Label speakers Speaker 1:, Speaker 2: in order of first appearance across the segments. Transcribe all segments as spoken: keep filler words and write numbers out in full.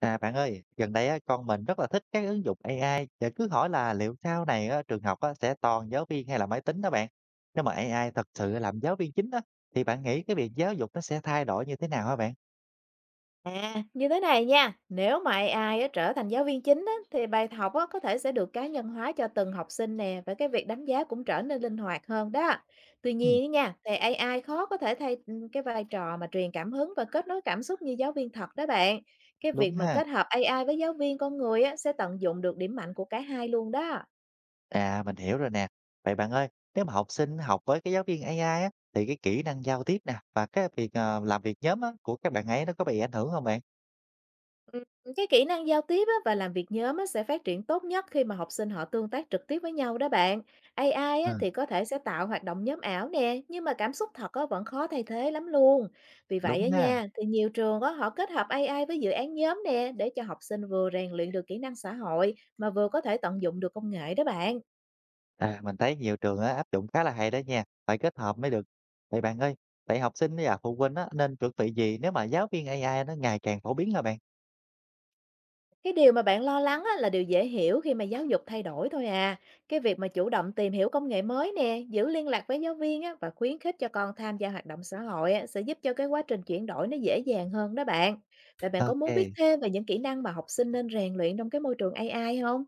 Speaker 1: À, bạn ơi, gần đây á, con mình rất là thích các ứng dụng ây ai và cứ hỏi là liệu sau này á, trường học á, sẽ toàn giáo viên hay là máy tính đó bạn. Nếu mà A I thật sự làm giáo viên chính á, thì bạn nghĩ cái việc giáo dục nó sẽ thay đổi như thế nào hả bạn?
Speaker 2: À, như thế này nha, nếu mà a i á, trở thành giáo viên chính á, thì bài học á, có thể sẽ được cá nhân hóa cho từng học sinh nè và cái việc đánh giá cũng trở nên linh hoạt hơn đó. Tuy
Speaker 1: Ừ,
Speaker 2: nhiên á nha, thì a i khó có thể thay ừ, cái vai trò mà truyền cảm hứng và kết nối cảm xúc như giáo viên thật đó bạn. Cái việc
Speaker 1: đúng
Speaker 2: mà
Speaker 1: ha.
Speaker 2: kết hợp a i với giáo viên con người á, sẽ tận dụng được điểm mạnh của cả hai luôn đó.
Speaker 1: À, mình hiểu rồi nè. Vậy bạn ơi, nếu mà học sinh học với cái giáo viên A I á, thì cái kỹ năng giao tiếp nè và cái việc ờ, làm việc nhóm á, của các bạn ấy nó có bị ảnh hưởng không bạn?
Speaker 2: Ừm, cái kỹ năng giao tiếp á và làm việc nhóm á sẽ phát triển tốt nhất khi mà học sinh họ tương tác trực tiếp với nhau đó bạn. a i
Speaker 1: Ừ,
Speaker 2: á thì có thể sẽ tạo hoạt động nhóm ảo nè, nhưng mà cảm xúc thật á vẫn khó thay thế lắm luôn. Vì vậy á
Speaker 1: đúng ha.
Speaker 2: nha, thì nhiều trường á họ kết hợp a i với dự án nhóm nè để cho học sinh vừa rèn luyện được kỹ năng xã hội mà vừa có thể tận dụng được công nghệ đó bạn.
Speaker 1: À, mình thấy nhiều trường á, áp dụng khá là hay đó nha, phải kết hợp mới được. Vậy bạn ơi, vậy học sinh và phụ huynh á, nên chuẩn bị gì nếu mà giáo viên A I nó ngày càng phổ biến hả bạn?
Speaker 2: Cái điều mà bạn lo lắng á, là điều dễ hiểu khi mà giáo dục thay đổi thôi à. Cái việc mà chủ động tìm hiểu công nghệ mới nè, giữ liên lạc với giáo viên á, và khuyến khích cho con tham gia hoạt động xã hội á, sẽ giúp cho cái quá trình chuyển đổi nó dễ dàng hơn đó bạn. Vậy bạn có muốn biết
Speaker 1: Ok,
Speaker 2: thêm về những kỹ năng mà học sinh nên rèn luyện trong cái môi trường a i không?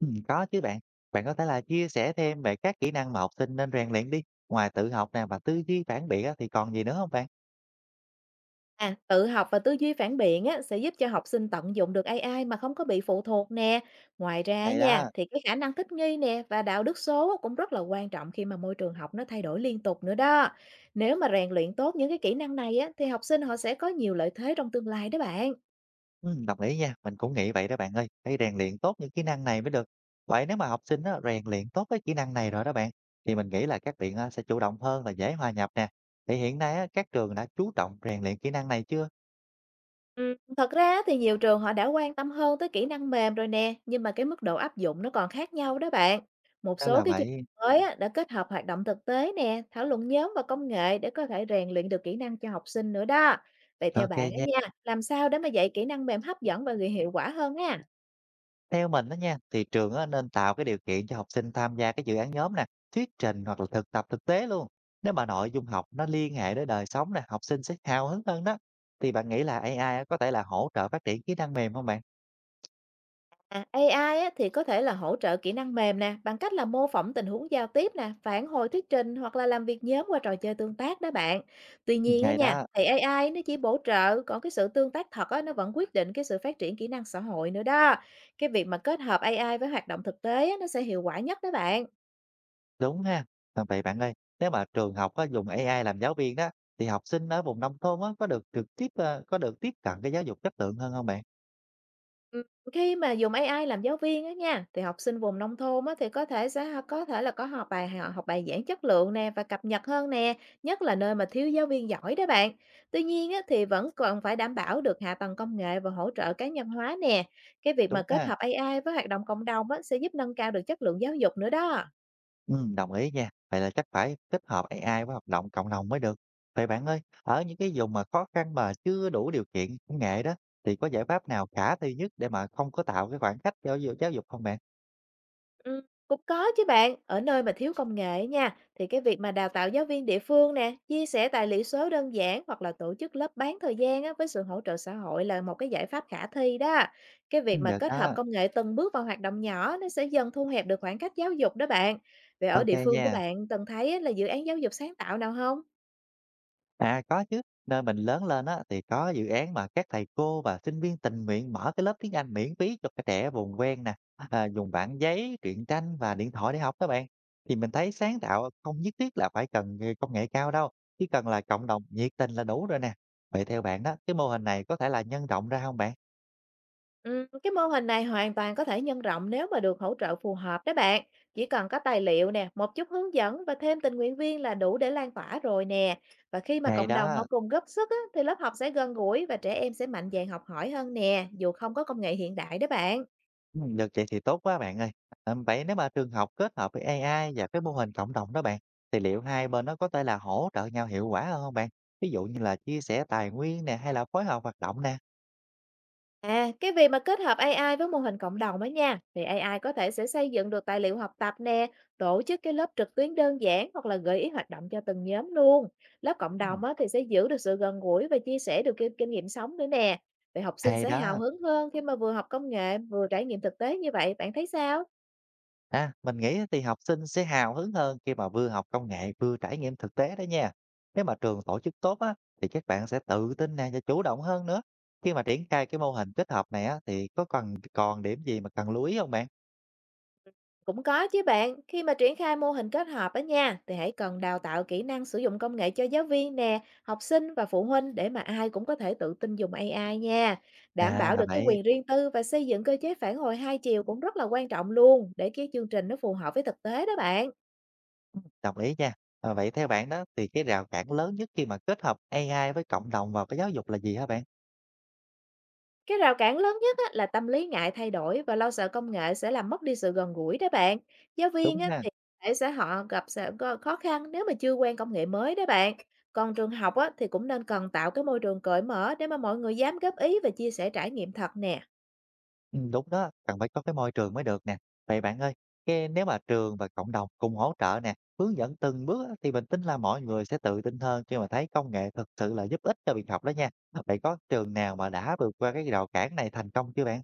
Speaker 1: ừ, có chứ bạn. Bạn có thể là chia sẻ thêm về các kỹ năng mà học sinh nên rèn luyện đi. Ngoài tự học nè và tư duy phản biện á, thì còn gì nữa không bạn?
Speaker 2: À, tự học và tư duy phản biện á, sẽ giúp cho học sinh tận dụng được a i mà không có bị phụ thuộc nè. Ngoài ra á
Speaker 1: Hay
Speaker 2: nha,
Speaker 1: đó.
Speaker 2: thì cái khả năng thích nghi nè và đạo đức số á cũng rất là quan trọng khi mà môi trường học nó thay đổi liên tục nữa đó. Nếu mà rèn luyện tốt những cái kỹ năng này á, thì học sinh họ sẽ có nhiều lợi thế trong tương lai đó bạn.
Speaker 1: Ừm, đồng ý nha, mình cũng nghĩ vậy đó bạn ơi, phải rèn luyện tốt những kỹ năng này mới được. Vậy nếu mà học sinh á, rèn luyện tốt cái kỹ năng này rồi đó bạn, thì mình nghĩ là các bạn à, sẽ chủ động hơn và dễ hòa nhập nè. Thì hiện nay á, các trường đã chú trọng rèn luyện kỹ năng này chưa?
Speaker 2: Ừm, thật ra á thì nhiều trường họ đã quan tâm hơn tới kỹ năng mềm rồi nè, nhưng mà cái mức độ áp dụng nó còn khác nhau đó bạn. Một
Speaker 1: Đó
Speaker 2: số
Speaker 1: là
Speaker 2: cái chương
Speaker 1: vậy.
Speaker 2: trình mới á, đã kết hợp hoạt động thực tế nè, thảo luận nhóm và công nghệ để có thể rèn luyện được kỹ năng cho học sinh nữa đó. Vậy theo
Speaker 1: Ok
Speaker 2: bạn á
Speaker 1: nha.
Speaker 2: nha, làm sao để mà dạy kỹ năng mềm hấp dẫn và người hiệu quả hơn ha?
Speaker 1: Theo mình đó nha, thì trường á, nên tạo cái điều kiện cho học sinh tham gia cái dự án nhóm nè, thuyết trình hoặc là thực tập thực tế luôn. Nếu mà nội dung học nó liên hệ đến đời sống nè, học sinh sẽ hào hứng hơn đó. Thì bạn nghĩ là A I á, có thể là hỗ trợ phát triển kỹ năng mềm không bạn?
Speaker 2: À, a i á, thì có thể là hỗ trợ kỹ năng mềm nè, bằng cách là mô phỏng tình huống giao tiếp nè, phản hồi thuyết trình hoặc là làm việc nhóm qua trò chơi tương tác đó bạn. Tuy nhiên á
Speaker 1: Ngày
Speaker 2: nha,
Speaker 1: đó.
Speaker 2: thì a i nó chỉ bổ trợ, còn cái sự tương tác thật á, nó vẫn quyết định cái sự phát triển kỹ năng xã hội nữa đó. Cái việc mà kết hợp a i với hoạt động thực tế á, nó sẽ hiệu quả nhất đó bạn.
Speaker 1: Đúng ha. À, vậy bạn ơi, nếu mà trường học có dùng A I làm giáo viên đó, thì học sinh ở vùng nông thôn á, có được trực tiếp ờ, có được tiếp cận cái giáo dục chất lượng hơn không bạn?
Speaker 2: Ừm, Khi mà dùng a i làm giáo viên á nha, thì học sinh vùng nông thôn á, thì có thể sẽ có thể là có học bài họ học bài giảng chất lượng nè và cập nhật hơn nè, nhất là nơi mà thiếu giáo viên giỏi đó bạn. Tuy nhiên á, thì vẫn còn phải đảm bảo được hạ tầng công nghệ và hỗ trợ cá nhân hóa nè. Cái việc mà
Speaker 1: Đúng
Speaker 2: kết
Speaker 1: ha.
Speaker 2: hợp a i với hoạt động cộng đồng á, sẽ giúp nâng cao được chất lượng giáo dục nữa đó.
Speaker 1: Ừ, đồng ý nha. Vậy là chắc phải kết hợp A I với hoạt động cộng đồng mới được. Vậy bạn ơi, ở những cái vùng mà khó khăn mà chưa đủ điều kiện công nghệ đó, thì có giải pháp nào khả thi nhất để mà không có tạo cái khoảng cách cho giáo dục giáo dục không bạn?
Speaker 2: Ừm, Cũng có chứ bạn. Ở nơi mà thiếu công nghệ nha, thì cái việc mà đào tạo giáo viên địa phương nè, chia sẻ tài liệu số đơn giản hoặc là tổ chức lớp bán thời gian á, với sự hỗ trợ xã hội là một cái giải pháp khả thi đó. Cái
Speaker 1: Ừ,
Speaker 2: việc mà
Speaker 1: được
Speaker 2: kết hợp
Speaker 1: đó.
Speaker 2: công nghệ từng bước vào hoạt động nhỏ nó sẽ dần thu hẹp được khoảng cách giáo dục đó bạn. Vậy ở
Speaker 1: Ok
Speaker 2: địa phương của
Speaker 1: nha.
Speaker 2: bạn từng thấy á, là dự án giáo dục sáng tạo nào không?
Speaker 1: À, có chứ, nơi mình lớn lên á, thì có dự án mà các thầy cô và sinh viên tình nguyện mở cái lớp tiếng Anh miễn phí cho các trẻ vùng ven nè, à, dùng bảng giấy, truyện tranh và điện thoại để học các bạn. Thì mình thấy sáng tạo không nhất thiết là phải cần nghề- công nghệ cao đâu, chỉ cần là cộng đồng nhiệt tình là đủ rồi nè. Vậy theo bạn đó, cái mô hình này có thể là nhân rộng ra không bạn?
Speaker 2: Ừm, cái mô hình này hoàn toàn có thể nhân rộng nếu mà được hỗ trợ phù hợp đó bạn. Chỉ cần có tài liệu nè, một chút hướng dẫn và thêm tình nguyện viên là đủ để lan tỏa rồi nè. Và khi mà
Speaker 1: Hay
Speaker 2: cộng đồng họ
Speaker 1: đó.
Speaker 2: cùng góp sức á, thì lớp học sẽ gần gũi và trẻ em sẽ mạnh dạn học hỏi hơn nè, dù không có công nghệ hiện đại đó bạn.
Speaker 1: Ừm, được vậy thì tốt quá bạn ơi. À, vậy nếu mà trường học kết hợp với A I và cái mô hình cộng đồng đó bạn, thì liệu hai bên nó có thể là hỗ trợ nhau hiệu quả hơn hông bạn? Ví dụ như là chia sẻ tài nguyên nè, hay là phối hợp hoạt động nè?
Speaker 2: À, cái việc mà kết hợp a i với mô hình cộng đồng đó nha, thì a i có thể sẽ xây dựng được tài liệu học tập nè, tổ chức cái lớp trực tuyến đơn giản hoặc là gợi ý hoạt động cho từng nhóm luôn. Lớp cộng đồng
Speaker 1: Ừm,
Speaker 2: á, thì sẽ giữ được sự gần gũi và chia sẻ được kinh, kinh nghiệm sống nữa nè. Vậy học sinh
Speaker 1: hay
Speaker 2: sẽ hào
Speaker 1: đó.
Speaker 2: hứng hơn khi mà vừa học công nghệ vừa trải nghiệm thực tế như vậy, bạn thấy sao?
Speaker 1: À, mình nghĩ thì học sinh sẽ hào hứng hơn khi mà vừa học công nghệ vừa trải nghiệm thực tế đó nha. Nếu mà trường tổ chức tốt á, thì các bạn sẽ tự tin nè và chủ động hơn nữa. Khi mà triển khai cái mô hình kết hợp này á, thì có cần còn điểm gì mà cần lưu ý không bạn?
Speaker 2: Cũng có chứ bạn, khi mà triển khai mô hình kết hợp đó nha, thì hãy cần đào tạo kỹ năng sử dụng công nghệ cho giáo viên nè, học sinh và phụ huynh để mà ai cũng có thể tự tin dùng a i nha. Đảm
Speaker 1: À,
Speaker 2: bảo được
Speaker 1: là
Speaker 2: cái
Speaker 1: vậy.
Speaker 2: quyền riêng tư và xây dựng cơ chế phản hồi hai chiều cũng rất là quan trọng luôn để cái chương trình nó phù hợp với thực tế đó bạn.
Speaker 1: Đồng ý nha. Ờ, vậy theo bạn đó thì cái rào cản lớn nhất khi mà kết hợp A I với cộng đồng vào cái giáo dục là gì hả bạn?
Speaker 2: Cái rào cản lớn nhất á, là tâm lý ngại thay đổi và lo sợ công nghệ sẽ làm mất đi sự gần gũi đó bạn. Giáo viên
Speaker 1: Đúng
Speaker 2: á,
Speaker 1: ha.
Speaker 2: thì có thể sẽ họ gặp sẽ có khó khăn nếu mà chưa quen công nghệ mới đó bạn. Còn trường học á, thì cũng nên cần tạo cái môi trường cởi mở để mà mọi người dám góp ý và chia sẻ trải nghiệm thật nè.
Speaker 1: Ừ, đúng đó, cần phải có cái môi trường mới được nè. Vậy bạn ơi, cái nếu mà trường và cộng đồng cùng hỗ trợ nè, hướng dẫn từng bước á, thì mình tin là mọi người sẽ tự tin hơn khi mà thấy công nghệ thực sự là giúp ích cho việc học đó nha. Vậy có trường nào mà đã vượt qua cái rào cản này thành công chưa bạn?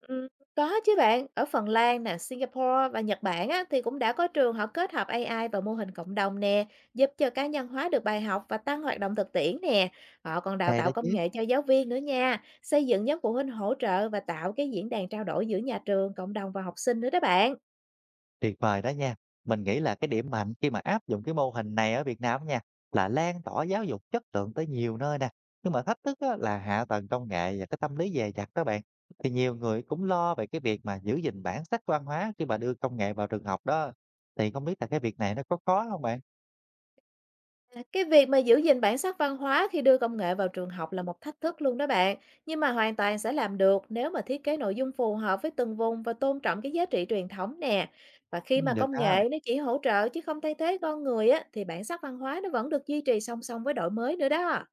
Speaker 2: Ừm, có chứ bạn, ở Phần Lan nè, Singapore và Nhật Bản á, thì cũng đã có trường họ kết hợp a i và mô hình cộng đồng nè, giúp cho cá nhân hóa được bài học và tăng hoạt động thực tiễn nè. Họ còn đào
Speaker 1: Hay
Speaker 2: tạo
Speaker 1: đó
Speaker 2: công
Speaker 1: chứ.
Speaker 2: nghệ cho giáo viên nữa nha, xây dựng nhóm phụ huynh hỗ trợ và tạo cái diễn đàn trao đổi giữa nhà trường, cộng đồng và học sinh nữa đó bạn.
Speaker 1: Tuyệt vời đó nha. Mình nghĩ là cái điểm mạnh khi mà áp dụng cái mô hình này ở Việt Nam nha, là lan tỏa giáo dục chất lượng tới nhiều nơi nè. Nhưng mà thách thức á, là hạ tầng công nghệ và cái tâm lý dè dặt đó bạn. Thì nhiều người cũng lo về cái việc mà giữ gìn bản sắc văn hóa khi mà đưa công nghệ vào trường học đó. Thì không biết là cái việc này nó có khó không bạn?
Speaker 2: À, cái việc mà giữ gìn bản sắc văn hóa khi đưa công nghệ vào trường học là một thách thức luôn đó bạn, nhưng mà hoàn toàn sẽ làm được nếu mà thiết kế nội dung phù hợp với từng vùng và tôn trọng cái giá trị truyền thống nè. Và
Speaker 1: Ừ,
Speaker 2: khi mà
Speaker 1: được
Speaker 2: công
Speaker 1: đó.
Speaker 2: nghệ nó chỉ hỗ trợ chứ không thay thế con người á, thì bản sắc văn hóa nó vẫn được duy trì song song với đổi mới nữa đó.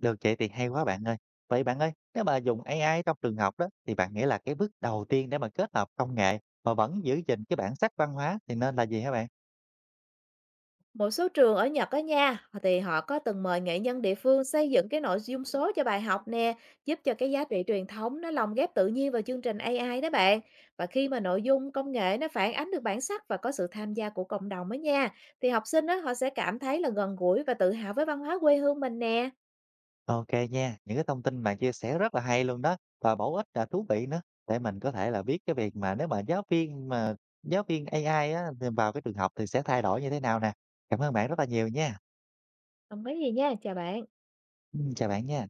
Speaker 1: Được vậy thì hay quá bạn ơi. Vậy bạn ơi, nếu mà dùng A I trong trường học đó, thì bạn nghĩ là cái bước đầu tiên để mà kết hợp công nghệ mà vẫn giữ gìn cái bản sắc văn hóa thì nên là gì hả bạn?
Speaker 2: Một số trường ở Nhật á nha, thì họ có từng mời nghệ nhân địa phương xây dựng cái nội dung số cho bài học nè, giúp cho cái giá trị truyền thống nó lồng ghép tự nhiên vào chương trình a i đó bạn. Và khi mà nội dung công nghệ nó phản ánh được bản sắc và có sự tham gia của cộng đồng á nha, thì học sinh đó họ sẽ cảm thấy là gần gũi và tự hào với văn hóa quê hương mình nè.
Speaker 1: Ok nha, những cái thông tin bạn chia sẻ rất là hay luôn đó và bổ ích và thú vị nữa để mình có thể là biết cái việc mà nếu mà giáo viên mà giáo viên A I á, thì vào cái trường học thì sẽ thay đổi như thế nào nè. Cảm ơn bạn rất là nhiều nha.
Speaker 2: Không có gì nha, chào bạn.
Speaker 1: Ừ, chào bạn nha.